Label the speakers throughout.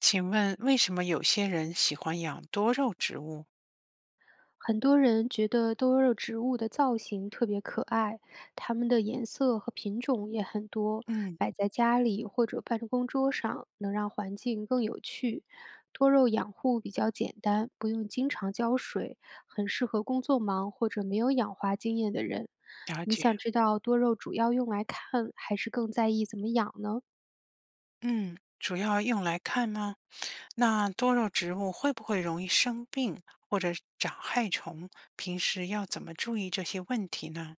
Speaker 1: 请问为什么有些人喜欢养多肉植物？
Speaker 2: 很多人觉得多肉植物的造型特别可爱，它们的颜色和品种也很多，
Speaker 1: 嗯，
Speaker 2: 摆在家里或者办公桌上，能让环境更有趣。多肉养护比较简单，不用经常浇水，很适合工作忙或者没有养花经验的人。
Speaker 1: 了
Speaker 2: 你
Speaker 1: 解。
Speaker 2: 想知道多肉主要用来看，还是更在意怎么养呢？
Speaker 1: 嗯，主要用来看吗？那多肉植物会不会容易生病或者长害虫？平时要怎么注意这些问题呢？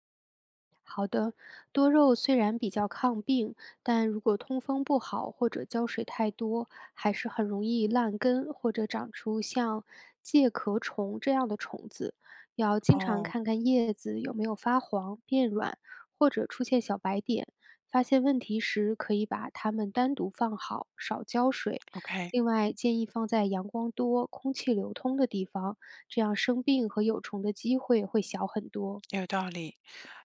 Speaker 2: 好的，多肉虽然比较抗病，但如果通风不好或者浇水太多，还是很容易烂根或者长出像介壳虫这样的虫子。要经常
Speaker 1: 哦
Speaker 2: 看看叶子有没有发黄、变软，或者出现小白点。发现问题时，可以把它们单独放好，少浇水。
Speaker 1: ，OK，
Speaker 2: 另外，建议放在阳光多、空气流通的地方，这样生病和有虫的机会会小很多。
Speaker 1: 有道理。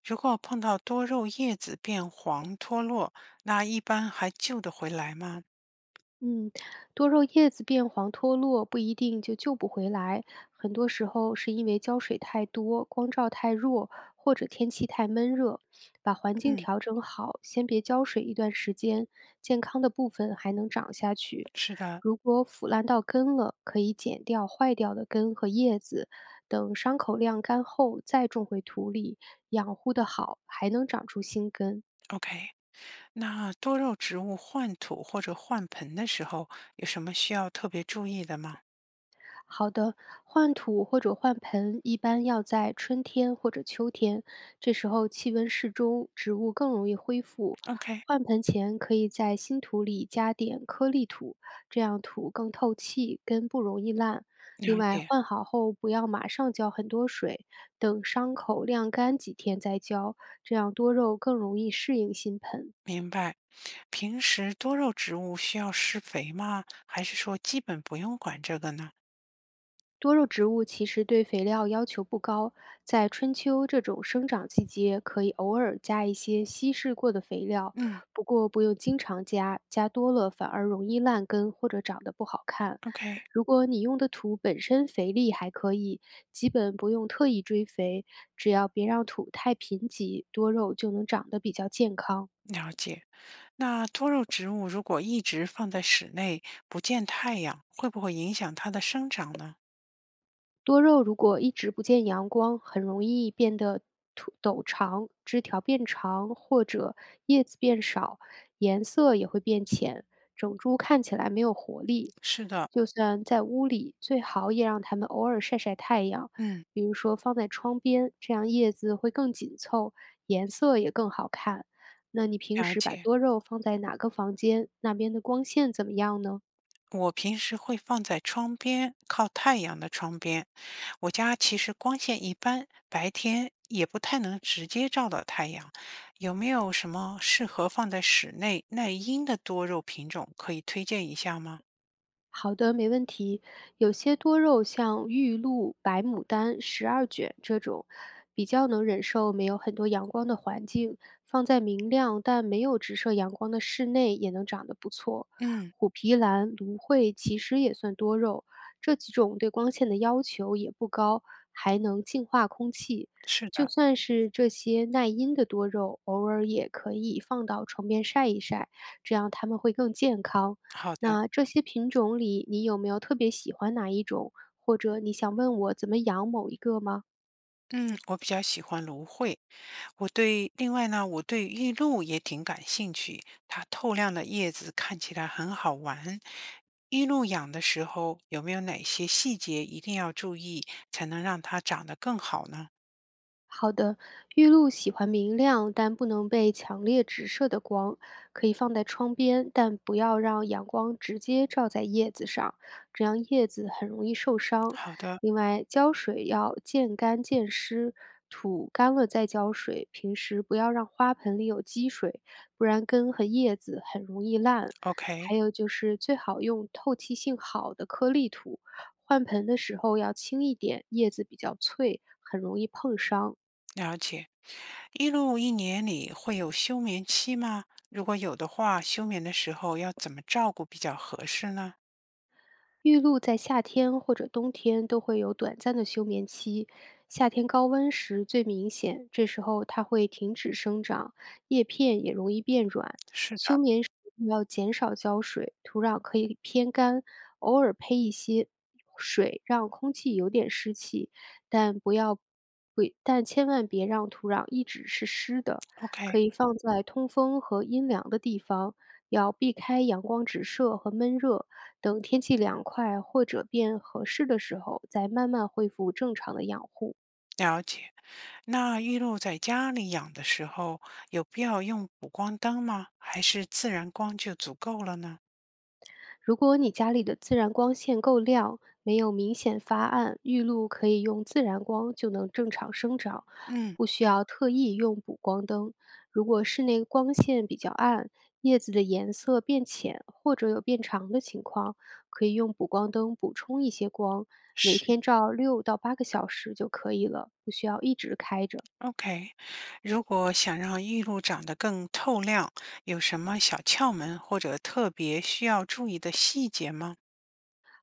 Speaker 1: 如果碰到多肉叶子变黄脱落，那一般还救得回来吗？
Speaker 2: 嗯，多肉叶子变黄脱落不一定就救不回来，很多时候是因为浇水太多、光照太弱或者天气太闷热。把环境
Speaker 1: 嗯，
Speaker 2: 调整好，先别浇水一段时间，健康的部分还能长下去。
Speaker 1: 是的
Speaker 2: 如果腐烂到根了，可以剪掉坏掉的根和叶子，等伤口晾干后再种回土里，养护的好还能长出新根。
Speaker 1: ，OK。那多肉植物换土或者换盆的时候，有什么需要特别注意的吗
Speaker 2: 好的，换土或者换盆一般要在春天或者秋天，这时候气温适中，植物更容易恢复。
Speaker 1: ？OK，
Speaker 2: 换盆前可以在新土里加点颗粒土，这样土更透气，根不容易烂。
Speaker 1: 了
Speaker 2: 另
Speaker 1: 嗯
Speaker 2: 外，
Speaker 1: 解，
Speaker 2: 换好后不要马上浇很多水，等伤口晾干几天再浇，这样多肉更容易适应新盆。
Speaker 1: 明白。平时多肉植物需要施肥吗？还是说基本不用管这个呢？
Speaker 2: 多肉植物其实对肥料要求不高，在春秋这种生长季节，可以偶尔加一些稀释过的肥料，
Speaker 1: 嗯
Speaker 2: 不过不用经常加，加多了反而容易烂根或者长得不好看。
Speaker 1: ，OK，
Speaker 2: 如果你用的土本身肥力还可以，基本不用特意追肥，只要别让土太贫瘠，多肉就能长得比较健康。
Speaker 1: 了解。那多肉植物如果一直放在室内不见太阳，会不会影响它的生长呢？
Speaker 2: 多肉如果一直不见阳光，很容易变得土陡长，枝条变长或者叶子变少，颜色也会变浅，整株看起来没有活力。
Speaker 1: 是的，
Speaker 2: 就算在屋里，最好也让它们偶尔晒晒太阳，
Speaker 1: 嗯，
Speaker 2: 比如说放在窗边，这样叶子会更紧凑，颜色也更好看。那你平
Speaker 1: 了
Speaker 2: 时把
Speaker 1: 解。
Speaker 2: 多肉放在哪个房间？那边的光线怎么样呢？
Speaker 1: 我平时会放在窗边，靠太阳的窗边。我家其实光线一般，白天也不太能直接照到太阳。有没有什么适合放在室内耐阴的多肉品种可以推荐一下吗？
Speaker 2: 好的，没问题。有些多肉像玉露、白牡丹、十二卷这种，比较能忍受没有很多阳光的环境，放在明亮但没有直射阳光的室内也能长得不错。
Speaker 1: 嗯，
Speaker 2: 虎皮兰、芦荟其实也算多肉，这几种对光线的要求也不高，还能净化空气。
Speaker 1: 是
Speaker 2: 就
Speaker 1: 的，
Speaker 2: 算是这些耐阴的多肉，偶尔也可以放到床边晒一晒，这样它们会更健康。
Speaker 1: 好的。
Speaker 2: 那这些品种里，你有没有特别喜欢哪一种？或者你想问我怎么养某一个吗？
Speaker 1: 嗯，我比较喜欢芦荟。我对另外呢，我对玉露也挺感兴趣。它透亮的叶子看起来很好玩。玉露养的时候，有没有哪些细节一定要注意，才能让它长得更好呢？
Speaker 2: 好的，玉露喜欢明亮但不能被强烈直射的光，可以放在窗边，但不要让阳光直接照在叶子上，这样叶子很容易受伤。
Speaker 1: 好的
Speaker 2: 另外，浇水要见干见湿，土干了再浇水。平时不要让花盆里有积水，不然根和叶子很容易烂。
Speaker 1: ，OK，
Speaker 2: 还有就是最好用透气性好的颗粒土，换盆的时候要轻一点，叶子比较脆，很容易碰伤。
Speaker 1: 了解。玉露一年里会有休眠期吗？如果有的话，休眠的时候要怎么照顾比较合适呢？
Speaker 2: 玉露在夏天或者冬天都会有短暂的休眠期，夏天高温时最明显，这时候它会停止生长，叶片也容易变软。
Speaker 1: 是
Speaker 2: 休
Speaker 1: 的
Speaker 2: 眠时要减少浇水，土壤可以偏干，偶尔喷一些水，让空气有点湿气，但不要不但千万别让土壤一直是湿的。
Speaker 1: ，OK。
Speaker 2: 可以放在通风和阴凉的地方，要避开阳光直射和闷热。等天气凉快或者变合适的时候，再慢慢恢复正常的养护。
Speaker 1: 了解。那玉露在家里养的时候，有必要用补光灯吗？还是自然光就足够了呢？
Speaker 2: 如果你家里的自然光线够亮，没有明显发暗，玉露可以用自然光就能正常生长，
Speaker 1: 嗯，
Speaker 2: 不需要特意用补光灯。如果室内光线比较暗，叶子的颜色变浅或者有变长的情况，可以用补光灯补充一些光，每
Speaker 1: 是
Speaker 2: 天照6到8个小时就可以了，不需要一直开着。
Speaker 1: OK。如果想让玉露长得更透亮，有什么小窍门或者特别需要注意的细节吗？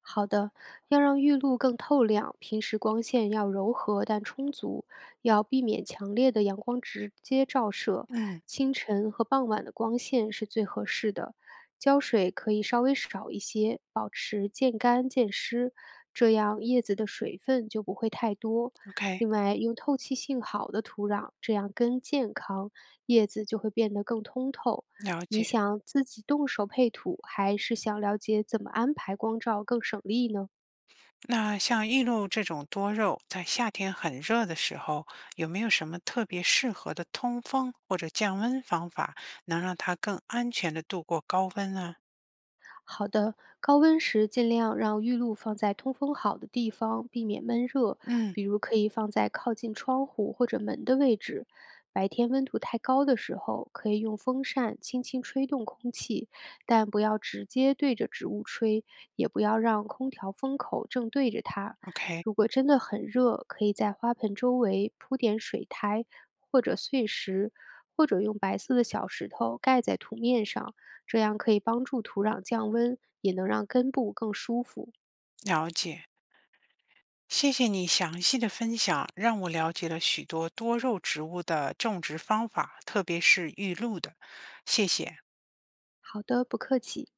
Speaker 2: 好的，要让玉露更透亮，平时光线要柔和但充足，要避免强烈的阳光直接照射，
Speaker 1: 嗯
Speaker 2: 清晨和傍晚的光线是最合适的。浇水可以稍微少一些，保持渐干渐湿，这样叶子的水分就不会太多。
Speaker 1: ，OK，
Speaker 2: 另外，用透气性好的土壤，这样根健康，叶子就会变得更通透。
Speaker 1: 了
Speaker 2: 你
Speaker 1: 解。
Speaker 2: 想自己动手配土，还是想了解怎么安排光照更省力呢？
Speaker 1: 那像玉露这种多肉，在夏天很热的时候，有没有什么特别适合的通风或者降温方法，能让它更安全的度过高温呢？
Speaker 2: 好的，高温时尽量让浴露放在通风好的地方，避免闷热，
Speaker 1: 嗯
Speaker 2: 比如可以放在靠近窗户或者门的位置。白天温度太高的时候，可以用风扇轻轻吹动空气，但不要直接对着植物吹，也不要让空调风口正对着它。
Speaker 1: ，OK，
Speaker 2: 如果真的很热，可以在花盆周围铺点水苔或者碎石，或者用白色的小石头盖在土面上。这样可以帮助土壤降温，也能让根部更舒服。
Speaker 1: 了解。谢谢你详细的分享，让我了解了许多多肉植物的种植方法，特别是玉露的。谢谢。
Speaker 2: 好的，不客气。